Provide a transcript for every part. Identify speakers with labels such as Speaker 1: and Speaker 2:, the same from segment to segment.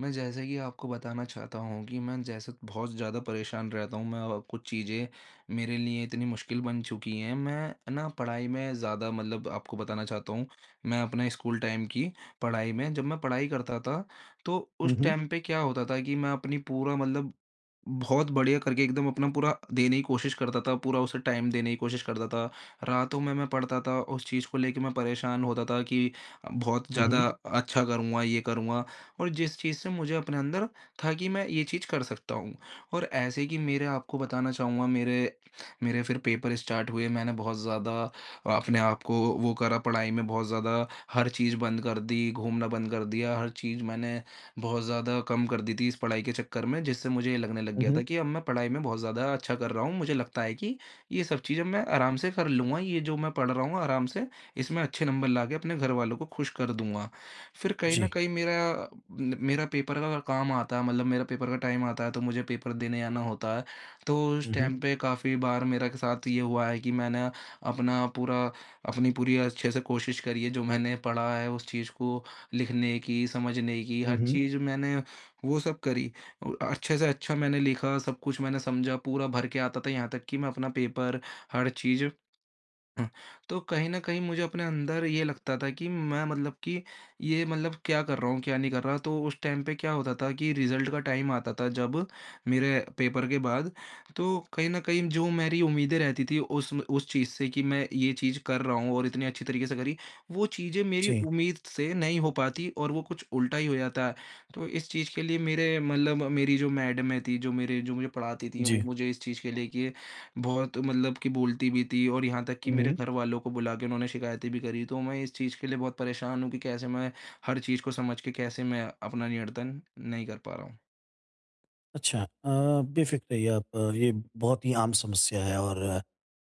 Speaker 1: मैं जैसे कि आपको बताना चाहता हूँ कि मैं जैसे बहुत ज़्यादा परेशान रहता हूँ। मैं और कुछ चीज़ें मेरे लिए इतनी मुश्किल बन चुकी हैं। मैं ना पढ़ाई में ज़्यादा मतलब आपको बताना चाहता हूँ मैं अपने स्कूल टाइम की पढ़ाई में। जब मैं पढ़ाई करता था तो
Speaker 2: हुँ,
Speaker 1: उस
Speaker 2: हुँ।
Speaker 1: टाइम पे क्या होता था कि मैं अपनी पूरा मतलब बहुत बढ़िया करके एकदम अपना पूरा देने की कोशिश करता था, पूरा उसे टाइम देने की कोशिश करता था। रातों में मैं पढ़ता था, उस चीज़ को लेके मैं परेशान होता था कि बहुत
Speaker 2: हुँ,
Speaker 1: ज़्यादा
Speaker 2: हुँ।
Speaker 1: अच्छा करूँगा, ये करूँगा। और जिस चीज़ से मुझे अपने अंदर था कि मैं ये चीज़ कर सकता हूँ। और ऐसे कि मेरे आपको बताना चाहूँगा मेरे मेरे फिर पेपर स्टार्ट हुए, मैंने बहुत ज़्यादा अपने आप को वो करा पढ़ाई में बहुत ज़्यादा हर चीज़ बंद कर दी, घूमना बंद कर दिया, हर चीज़ मैंने बहुत ज़्यादा कम कर दी थी इस पढ़ाई के चक्कर में, जिससे मुझे ये लगने लग
Speaker 2: हुँ,
Speaker 1: गया
Speaker 2: हुँ।
Speaker 1: था कि अब मैं पढ़ाई में बहुत ज़्यादा अच्छा कर रहा हूँ। मुझे लगता है कि ये सब चीज़ अब मैं आराम से कर लूँगा, ये जो मैं पढ़ रहा हूँ आराम से इसमें अच्छे नंबर लाके अपने घरवालों को खुश कर दूँगा। फिर कहीं न
Speaker 2: जी।
Speaker 1: कहीं मेरा न मेरा पेपर का काम आता है मतलब मेरा पेपर का टाइम आता है, तो मुझे पेपर देने आना होता है। तो उस
Speaker 2: हुँ, हुँ।
Speaker 1: टाइम पे काफ़ी बार मेरा के साथ ये हुआ है कि मैंने अपना पूरा अपनी पूरी अच्छे से कोशिश करी है, जो मैंने पढ़ा है उस चीज़ को लिखने की, समझने की,
Speaker 2: हुँ,
Speaker 1: हर
Speaker 2: हुँ।
Speaker 1: चीज़ मैंने वो सब करी। अच्छे से अच्छा मैंने लिखा, सब कुछ मैंने समझा, पूरा भर के आता था यहाँ तक कि मैं अपना पेपर, हर चीज़ हाँ, तो कहीं न कहीं मुझे अपने अंदर ये लगता था कि मैं मतलब कि ये मतलब क्या कर रहा हूँ, क्या नहीं कर रहा। तो उस टाइम पे क्या होता था कि रिज़ल्ट का टाइम आता था जब मेरे पेपर के बाद, तो कहीं न कहीं जो मेरी उम्मीदें रहती थी उस चीज़ से कि मैं ये चीज़ कर रहा हूँ और इतनी अच्छी तरीके से करी, वो चीज़ें मेरी
Speaker 2: जी,
Speaker 1: उम्मीद से नहीं हो पाती और वो कुछ उल्टा ही हो जाता है। तो इस चीज़ के लिए मेरे मतलब मेरी जो मैडमें थी, जो मेरे जो मुझे पढ़ाती थी,
Speaker 2: जी।
Speaker 1: वो मुझे इस चीज़ के लिए कि बहुत मतलब कि बोलती भी थी और यहाँ तक कि
Speaker 2: हुँ,
Speaker 1: मेरे
Speaker 2: हुँ।
Speaker 1: घरवालों को बुला के उन्होंने शिकायतें भी करी। तो मैं इस चीज़ के लिए बहुत परेशान हूँ कि कैसे मैं हर चीज़ को समझ के कैसे मैं अपना नियंत्रण नहीं कर पा रहा हूँ।
Speaker 2: अच्छा। बेफ़िक्र रहिए आप, ये बहुत ही आम समस्या है। और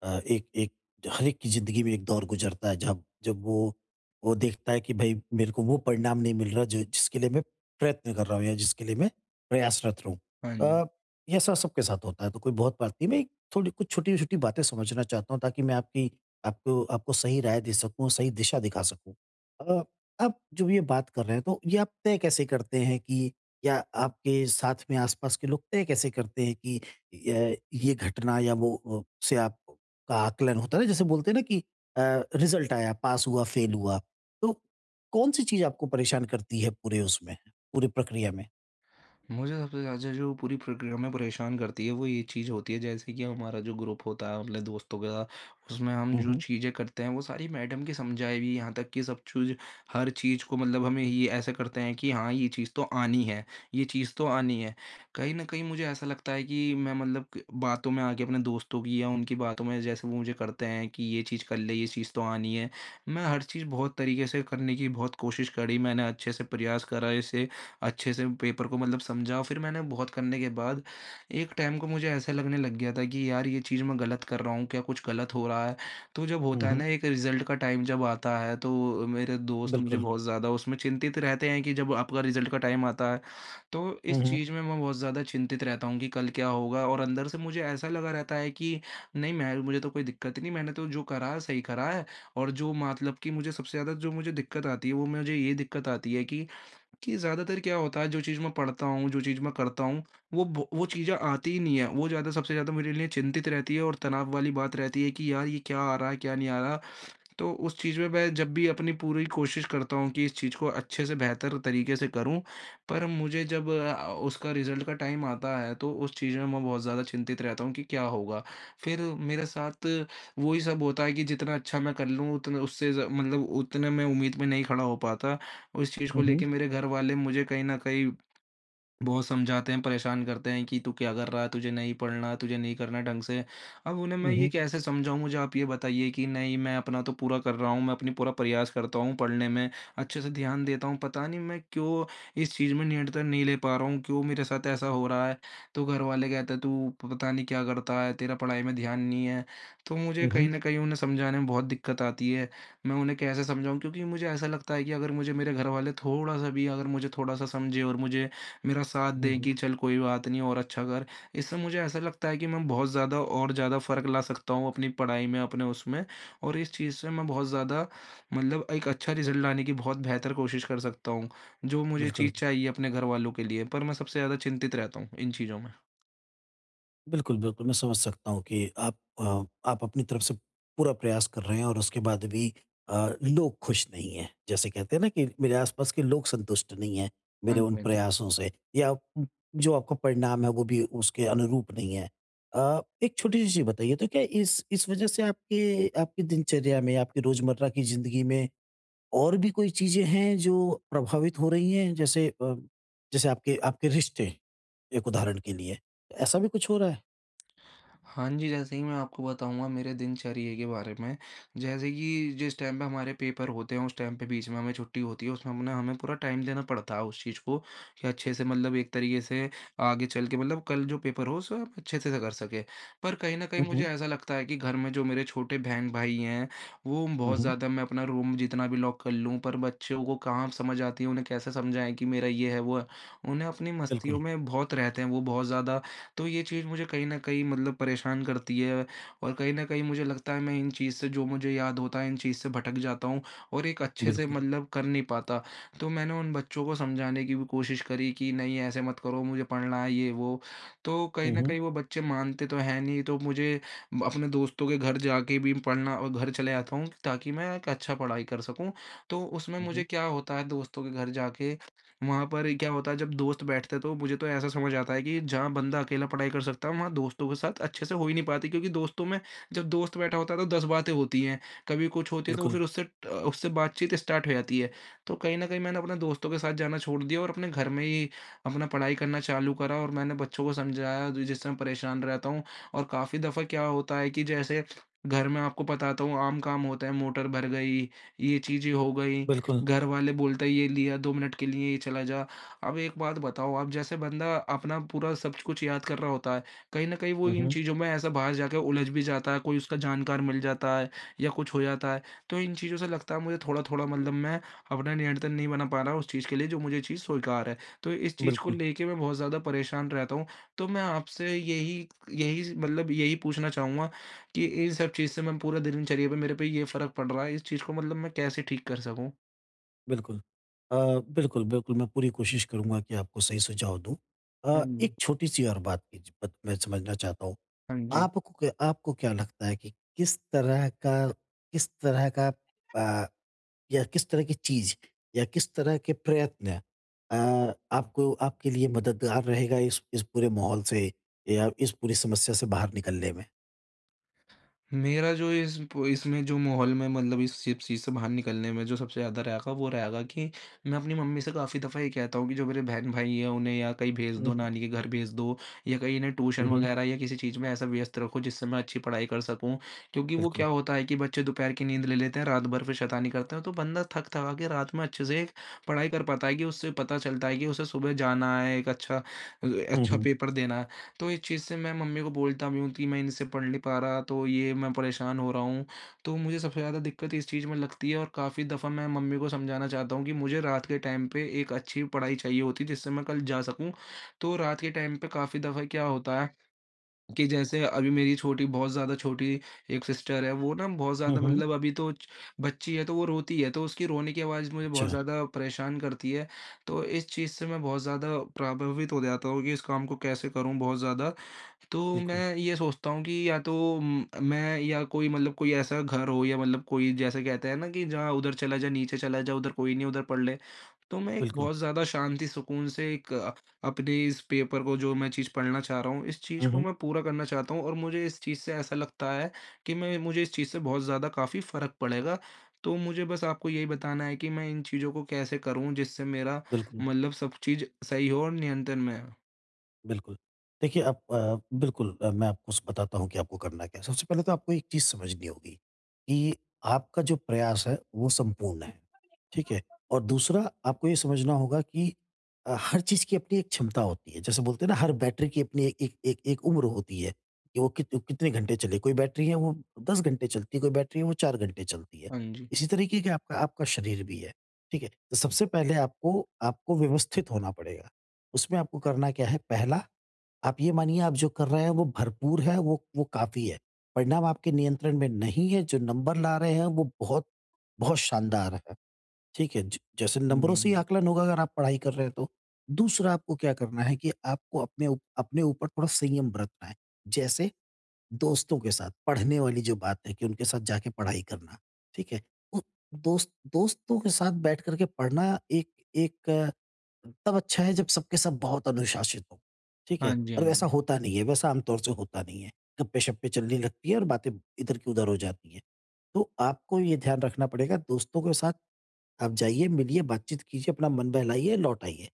Speaker 2: एक एक हर एक की ज़िंदगी में एक दौर गुज़रता है जब जब वो देखता है कि भई मेरे को वो परिणाम नहीं मिल रहा जो जिसके लिए मैं प्रयत्न कर रहा हूँ या जिसके लिए मैं प्रयासरत रहूँ।
Speaker 1: हाँ जी।
Speaker 2: अ, ये ऐसा सबके साथ होता है तो कोई बहुत बात नहीं। मैं एक थोड़ी कुछ छोटी-छोटी बातें समझना चाहता हूँ ताकि मैं आपकी आपको आपको सही राय दे सकूँ, सही दिशा दिखा सकूँ। अ, आप जो ये बात कर रहे हैं तो ये आप तय कैसे करते हैं कि, या आपके साथ में आसपास के लोग तय कैसे करते हैं कि य ये घटना या वो से आप का आकलन होता है ना, जैसे बोलते हैं ना कि अ, रिज़ल्ट आया, पास हुआ, फेल हुआ। तो कौन-सी चीज़ आपको परेशान करती है पूरे उसमें, पूरी प्रक्रिया में?
Speaker 1: मुझे सबसे ज़्यादा जो पूरी प्रक्रिया में परेशान करती है वो ये चीज़ होती है जैसे कि हमारा जो ग्रुप होता है अपने दोस्तों के साथ उसमें हम
Speaker 2: हुँ,
Speaker 1: जो
Speaker 2: हुँ।
Speaker 1: चीज़ें करते हैं वो सारी मैडम की समझाई हुई यहाँ तक कि सब चीज़ हर चीज़ को मतलब हमें ये ऐसे करते हैं कि हाँ, ये चीज़ तो आनी है, ये चीज़ तो आनी है। कहीं ना कहीं मुझे ऐसा लगता है कि मैं मतलब कि बातों में आके अपने दोस्तों की या उनकी बातों में जैसे वो मुझे करते हैं कि ये चीज़ कर ले, ये चीज़ तो आनी है। मैं हर चीज़ बहुत तरीके से करने की बहुत कोशिश करी, मैंने अच्छे से प्रयास करा इसे अच्छे से पेपर को मतलब समझा। फिर मैंने बहुत करने के बाद एक टाइम को मुझे ऐसा लगने लग गया था कि यार ये चीज़ मैं गलत कर रहा हूँ, क्या कुछ गलत हो रहा है। तो जब
Speaker 2: हुँ,
Speaker 1: होता है
Speaker 2: हुँ।
Speaker 1: ना एक रिज़ल्ट का टाइम जब आता है तो मेरे दोस्त मुझे
Speaker 2: बिल्कुल।
Speaker 1: बहुत ज़्यादा उसमें चिंतित रहते हैं कि जब आपका रिज़ल्ट का टाइम आता है तो
Speaker 2: हुँ,
Speaker 1: इस
Speaker 2: हुँ।
Speaker 1: चीज़ में मैं बहुत ज़्यादा चिंतित रहता हूँ कि कल क्या होगा और अंदर से मुझे ऐसा लगा रहता है कि नहीं, मैं मुझे तो कोई दिक्कत ही नहीं, मैंने तो जो करा है सही करा है। और जो मतलब कि मुझे सबसे ज़्यादा जो मुझे दिक्कत आती है वो मुझे ये दिक्कत आती है कि ज़्यादातर क्या होता है जो चीज़ मैं पढ़ता हूँ, जो चीज़ मैं करता हूँ, वो चीज़ें आती ही नहीं है। वो ज़्यादा सबसे ज़्यादा मेरे लिए चिंतित रहती है और तनाव वाली बात रहती है कि यार ये क्या आ रहा है, क्या नहीं आ रहा। तो उस चीज़ में मैं जब भी अपनी पूरी कोशिश करता हूँ कि इस चीज़ को अच्छे से बेहतर तरीके से करूँ, पर मुझे जब उसका रिज़ल्ट का टाइम आता है, तो उस चीज़ में मैं बहुत ज़्यादा चिंतित रहता हूँ कि क्या होगा? फिर मेरे साथ वही सब होता है कि जितना अच्छा मैं कर लूँ, उतना उससे ज़ मतलब उतने मैं उम्मीद में नहीं खड़ा हो पाता। उस चीज़
Speaker 2: हुँ,
Speaker 1: को
Speaker 2: हुँ।
Speaker 1: लेके मेरे घर वाले मुझे कहीं न कहीं बहुत समझाते हैं, परेशान करते हैं कि तू क्या कर रहा है? तुझे नहीं पढ़ना, तुझे नहीं करना ढंग से। अब उन्हें मैं
Speaker 2: हुँ,
Speaker 1: ये
Speaker 2: हुँ।
Speaker 1: कैसे समझाऊँ? मुझे आप ये बताइए कि नहीं, मैं अपना तो पूरा कर रहा हूँ, मैं अपनी पूरा प्रयास करता हूँ पढ़ने में, अच्छे से ध्यान देता हूँ। पता नहीं मैं क्यों इस चीज़ में नियंत्रण नहीं ले पा रहा हूँ? क्यों मेरे साथ ऐसा हो रहा है? तो घरवाले कहते हैं तू पता नहीं क्या करता है, तेरा पढ़ाई में ध्यान नहीं है। तो मुझे
Speaker 2: हुँ, हुँ।
Speaker 1: कहीं न कहीं उन्हें समझाने में बहुत दिक्कत आती है। मैं उन्हें कैसे समझाऊँ? क्योंकि मुझे ऐसा लगता है कि अगर मुझे मेरे घरवाले थोड़ा-सा भी अगर मुझे थोड़ा-सा समझे और मुझे मेरा साथ
Speaker 2: हुँ,
Speaker 1: दें
Speaker 2: हुँ।
Speaker 1: कि चल कोई बात नहीं और अच्छा कर। इससे मुझे ऐसा लगता है कि मैं बहुत ज़्यादा और ज़्यादा फ़र्क ला सकता हूँ अपनी पढ़ाई में, अपने उसमें और इस चीज़ से मैं बहुत ज़्यादा मतलब एक अच्छा रिज़ल्ट लाने की बहुत बेहतर कोशिश कर सकता हूँ, जो मुझे
Speaker 2: बिल्कुल।
Speaker 1: चीज़ चाहिए अपने घरवालों के लिए। पर मैं सबसे ज़्यादा चिंतित रहता हूँ इन चीज़ों में।
Speaker 2: बिल्कुल, बिल्कुल, मैं समझ सकता हूँ कि आप आप अपनी तरफ से पूरा प्रयास कर रहे हैं और उसके बाद भी अ, लोग खुश नहीं हैं। जैसे कहते हैं ना कि मेरे आसपास के लोग संतुष्ट नहीं हैं,
Speaker 1: हाँ
Speaker 2: मेरे
Speaker 1: जी,
Speaker 2: उन
Speaker 1: हाँ जी।
Speaker 2: प्रयासों से, या जो आपका परिणाम है वो भी उसके अनुरूप नहीं है। एक छोटी-सी चीज़ बताइए, तो क्या इस वजह से आपके आपकी दिनचर्या में, आपकी रोज़मर्रा की ज़िंदगी में और भी कोई चीज़ें हैं जो प्रभावित हो रही हैं? जैसे आपके आपके रिश्ते, एक उदाहरण के लिए, ऐसा भी कुछ हो रहा है?
Speaker 1: हाँ जी, जैसे ही मैं आपको बताऊँगा मेरे दिनचर्या के बारे में, जैसे कि जिस टाइम पे हमारे पेपर होते हैं, उस टाइम पे बीच में हमें छुट्टी होती है, उसमें अपना हमें पूरा टाइम देना पड़ता है उस चीज़ को कि अच्छे से मतलब एक तरीके से आगे चल के मतलब कल जो पेपर हो, उसे आप अच्छे से कर सकें। पर कहीं न कहीं
Speaker 2: हुँ,
Speaker 1: मुझे
Speaker 2: हुँ।
Speaker 1: ऐसा लगता है कि घर में जो मेरे छोटे बहन-भाई हैं, वो
Speaker 2: हुँ,
Speaker 1: बहुत
Speaker 2: हुँ।
Speaker 1: ज़्यादा मैं अपना रूम जितना भी लॉक कर लूँ, पर बच्चों को कहाँ समझ आती है, उन्हें कैसे समझाएँ कि मेरा ये है, वो है। उन्हें अपनी
Speaker 2: बिल्कुल,
Speaker 1: मस्तियों में बहुत रहते हैं, वो बहुत ज़्यादा तो ये चीज़ मुझे कहीं न कहीं मतलब परेशान करती है और कहीं न कहीं मुझे लगता है मैं इन चीज़ से जो मुझे याद होता है, इन चीज़ से भटक जाता हूँ और एक अच्छे से
Speaker 2: बिल्कुल।
Speaker 1: मतलब कर नहीं पाता। तो मैंने उन बच्चों को समझाने की भी कोशिश करी कि नहीं ऐसे मत करो, मुझे पढ़ना है ये वो। तो कहीं
Speaker 2: हुँ,
Speaker 1: न
Speaker 2: हुँ।
Speaker 1: कहीं वो बच्चे मानते तो हैं नहीं, तो मुझे अपने दोस्तों के घर जाके भी पढ़ना और घर चले आता हूँ ताकि मैं एक अच्छा पढ़ाई कर सकूँ। तो उसमें
Speaker 2: हुँ,
Speaker 1: मुझे
Speaker 2: हुँ।
Speaker 1: क्या होता है दोस्तों के घर जाके वहाँ पर क्या होता है जब दोस्त बैठते हैं तो मुझे तो ऐसा समझ आता है कि जहाँ बंदा अकेला पढ़ाई कर सकता है वहाँ दोस्तों के साथ अच्छे से हो ही नहीं पाती क्योंकि दोस्तों में जब दोस्त बैठा होता है तो दस बातें होती हैं। कभी कुछ होती है तो
Speaker 2: बिल्कुल,
Speaker 1: फिर उससे उससे बातचीत स्टार्ट हो जाती है। तो कहीं ना कहीं मैंने अपने दोस्तों के साथ जाना छोड़ दिया और अपने घर में ही अपना पढ़ाई करना चालू करा और मैंने बच्चों को समझाया जो- जिससे मैं परेशान रहता हूँ। और काफ़ी दफ़ा क्या होता है कि जैसे घर में आपको बताता हूँ आम काम होता है, मोटर भर गई, ये चीज़ें हो गई।
Speaker 2: बिल्कुल।
Speaker 1: घर वाले बोलते हैं ये लिया 2 मिनट के लिए, ये चला जा। अब एक बात बताओ, अब जैसे बंदा अपना पूरा सब कुछ याद कर रहा होता है, कहीं न कहीं वो
Speaker 2: हुँ,
Speaker 1: इन
Speaker 2: हुँ।
Speaker 1: चीज़ों में ऐसा बाहर जाके उलझ भी जाता है, कोई उसका जानकार मिल जाता है या कुछ हो जाता है। तो इन चीज़ों से लगता है मुझे थोड़ा-थोड़ा मतलब मैं अपना नियंत्रण नहीं बना पा रहा उस चीज़ के लिए जो मुझे चीज़ स्वीकार है। तो इस चीज़ को
Speaker 2: बिल्कुल,
Speaker 1: लेके मैं बहुत ज़्यादा परेशान रहता हूँ। तो मैं आपसे यही यही मतलब यही पूछना चाहूँगा कि इन सब चीज़ से मैं पूरा दिनचर्या पे मेरे पे ये फ़र्क पड़ रहा है, इस चीज़ को मतलब मैं कैसे ठीक कर सकूँ?
Speaker 2: बिल्कुल। अ, बिल्कुल, बिल्कुल मैं पूरी कोशिश करूँगा कि आपको सही सुझाव दूँ।
Speaker 1: हाँ जी,
Speaker 2: एक छोटी-सी और बात की ज बत मैं समझना चाहता हूँ।
Speaker 1: हाँ जी।
Speaker 2: आपको क्या लगता है कि किस तरह का किस तरह का अ, या किस तरह की चीज़, या किस तरह के प्रयत्न आपको आपके लिए मददगार रहेगा इस पूरे माहौल से या इस पूरी समस्या से बाहर निकलने
Speaker 1: मेरा जो इस प इसमें जो माहौल में मतलब इस सब चीज़ से बाहर निकलने में जो सबसे ज़्यादा रहेगा वो रहेगा कि मैं अपनी मम्मी से काफ़ी दफ़ा ये कहता हूँ कि जो मेरे बहन-भाई हैं उन्हें या कहीं भेज दो,
Speaker 2: में?
Speaker 1: नानी के घर भेज दो या कहीं इन्हें
Speaker 2: हुँ,
Speaker 1: ट्यूशन
Speaker 2: हुँ।
Speaker 1: वग़ैरह या किसी चीज़ में ऐसा व्यस्त रखो जिससे मैं अच्छी पढ़ाई कर सकूँ। क्योंकि वो
Speaker 2: बिल्कुल।
Speaker 1: क्या होता है कि बच्चे दोपहर की नींद ले लेते हैं, रात भर फिर शैतानी करते हैं तो बंदा थक-थका के रात में अच्छे से एक पढ़ाई कर पाता है कि उससे पता चलता है कि उसे सुबह जाना है, एक अच्छा
Speaker 2: हुँ,
Speaker 1: अच्छा
Speaker 2: हुँ।
Speaker 1: पेपर देना है। तो इस चीज़ से मैं मम्मी को बोलता भी हूँ कि मैं इनसे पढ़ नहीं पा रहा, तो ये मैं परेशान हो रहा हूँ। तो मुझे सबसे ज़्यादा दिक्कत इस चीज़ में लगती है और काफ़ी दफ़ा मैं मम्मी को समझाना चाहता हूँ कि मुझे रात के टाइम पे एक अच्छी पढ़ाई चाहिए होती है जिससे मैं कल जा सकूँ। तो रात के टाइम पे काफ़ी दफ़ा क्या होता है कि जैसे अभी मेरी छोटी बहुत ज़्यादा छोटी एक सिस्टर है, वो ना बहुत
Speaker 2: हुँ,
Speaker 1: ज़्यादा
Speaker 2: हुँ।
Speaker 1: मतलब अभी तो च बच्ची है तो वो रोती है, तो उसकी रोने की आवाज़ मुझे बहुत
Speaker 2: अच्छा,
Speaker 1: ज़्यादा परेशान करती है। तो इस चीज़ से मैं बहुत ज़्यादा प्रभावित हो जाता हूँ कि इस काम को कैसे करूँ बहुत ज़्यादा। तो
Speaker 2: बिल्कुल,
Speaker 1: मैं ये सोचता हूँ कि या तो म मैं या कोई मतलब कोई ऐसा घर हो या मतलब कोई जैसे कहते हैं ना कि जहाँ उधर चला जा, नीचे चला जा, उधर कोई नहीं, उधर पढ़ ले। तो मैं एक
Speaker 2: बिल्कुल।
Speaker 1: बहुत ज़्यादा शांति सुकून से एक अपने इस पेपर को जो मैं चीज़ पढ़ना चाह रहा हूँ, इस चीज़
Speaker 2: हुँ,
Speaker 1: को
Speaker 2: हुँ।
Speaker 1: मैं पूरा करना चाहता हूँ और मुझे इस चीज़ से ऐसा लगता है कि मैं मुझे इस चीज़ से बहुत ज़्यादा काफ़ी फ़र्क पड़ेगा। तो मुझे बस आपको यही बताना है कि मैं इन चीज़ों को कैसे करूँ जिससे मेरा
Speaker 2: बिल्कुल।
Speaker 1: मतलब सब चीज़ सही हो और नियंत्रण में हो?
Speaker 2: बिल्कुल। देखिए आप, बिल्कुल मैं आपको स बताता हूँ कि आपको करना क्या है। सबसे पहले तो आपको एक चीज़ समझनी होगी कि आपका जो प्रयास है वो संपूर्ण है, ठीक है? और दूसरा आपको ये समझना होगा कि हर चीज़ की अपनी एक क्षमता होती है। जैसे बोलते हैं ना, हर बैटरी की अपनी एक एक एक एक उम्र होती है कि वो कितने घंटे चले। कोई बैटरी है वो 10 घंटे चलती है, कोई बैटरी है वो 4 घंटे चलती है।
Speaker 1: हाँ जी।
Speaker 2: इसी तरीके का आपका आपका शरीर भी है, ठीक है? तो सबसे पहले आपको आपको व्यवस्थित होना पड़ेगा। उसमें आपको करना क्या है, पहला, आप ये मानिए आप जो कर रहे हैं वो भरपूर है, वो काफ़ी है। परिणाम आपके नियंत्रण में नहीं है, जो नंबर ला रहे हैं वो बहुत, बहुत शानदार है। ठीक है? ज जैसे
Speaker 1: हाँ जी,
Speaker 2: नंबरों
Speaker 1: हाँ
Speaker 2: से ही
Speaker 1: जी।
Speaker 2: आकलन होगा अगर आप पढ़ाई कर रहे हैं तो। दूसरा आपको क्या करना है कि आपको अपने ऊपर थोड़ा संयम बरतना है। जैसे दोस्तों के साथ, पढ़ने वाली जो बात है कि उनके साथ जाके पढ़ाई करना, ठीक है? उ दोस्त दोस्तों के साथ बैठ कर के पढ़ना एक एक अ, तब अच्छा है जब सबके सब बहुत अनुशासित हों, ठीक
Speaker 1: हाँ
Speaker 2: है?
Speaker 1: जी, हाँ
Speaker 2: और वैसा
Speaker 1: जी।
Speaker 2: होता नहीं है, वैसा आम तौर से होता नहीं है। गप्पे-शप्पे चलने लगती है और बातें इधर की उधर हो जाती हैं। तो आपको ये ध्यान रखना पड़ेगा, दोस्तों के साथ आप जाइए, मिलिए, बातचीत कीजिए, अपना मन बहलाइए, लौट आइए,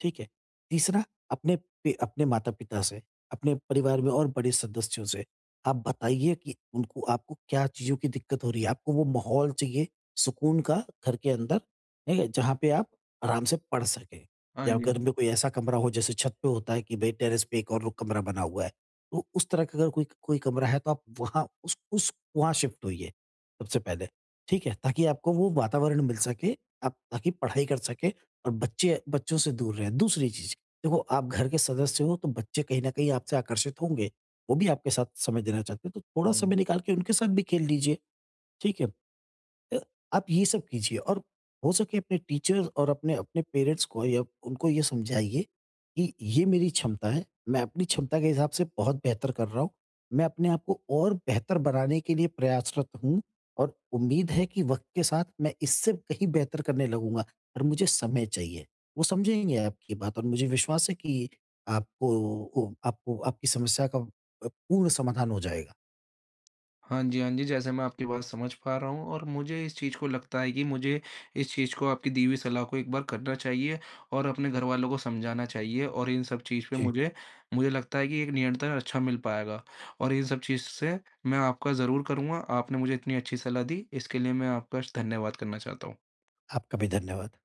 Speaker 2: ठीक है? तीसरा, अपने पे अपने माता-पिता से, अपने परिवार में और बड़े सदस्यों से आप बताइए कि उनको, आपको क्या चीज़ों की दिक्कत हो रही है। आपको वो माहौल चाहिए सुकून का घर के अंदर, ठीक है? जहाँ पे आप आराम से पढ़ सकें,
Speaker 1: हाँ
Speaker 2: या
Speaker 1: जी,
Speaker 2: घर
Speaker 1: हाँ
Speaker 2: में कोई ऐसा कमरा हो, जैसे छत पे होता है कि भई टेरेस पे एक और रो कमरा बना हुआ है। तो उस तरह का अगर कोई कोई कमरा है, तो आप वहाँ उस वहाँ शिफ्ट होइए सबसे पहले, ठीक है? ताकि आपको वो वातावरण मिल सके, आप ताकि पढ़ाई कर सकें और बच्चे बच्चों से दूर रहें। दूसरी चीज़, देखो आप घर के सदस्य हो तो बच्चे कहीं न कहीं आपसे आकर्षित होंगे। वो भी आपके साथ समय देना चाहते हैं, तो थोड़ा
Speaker 1: जी।
Speaker 2: समय निकाल के उनके साथ भी खेल लीजिए, ठीक है? अ, आप ये सब कीजिए, और हो सके अपने टीचर्स और अपने अपने पेरेंट्स को या उनको ये समझाइए कि ये मेरी क्षमता है, मैं अपनी क्षमता के हिसाब से बहुत बेहतर कर रहा हूँ। मैं अपने आप को और बेहतर बनाने के लिए प्रयासरत हूँ और उम्मीद है कि वक़्त के साथ मैं इससे कहीं बेहतर करने लगूँगा, और मुझे समय चाहिए। वो समझेंगे आपकी बात और मुझे विश्वास है कि आपको ओ आपको आपकी समस्या का पूर्ण समाधान हो जाएगा।
Speaker 1: हाँ जी, हाँ जी, जैसे मैं आपकी बात समझ पा रहा हूँ और मुझे इस चीज़ को लगता है कि मुझे इस चीज़ को आपकी दी हुई सलाह को एक बार करना चाहिए और अपने घरवालों को समझाना चाहिए और इन सब चीज़ पे
Speaker 2: जी,
Speaker 1: मुझे मुझे लगता है कि एक नियंत्रण अच्छा मिल पाएगा और इन सब चीज़ से मैं आपका ज़रूर करूँगा। आपने मुझे इतनी अच्छी सलाह दी, इसके लिए मैं आपका श धन्यवाद करना चाहता हूँ।
Speaker 2: आपका भी धन्यवाद।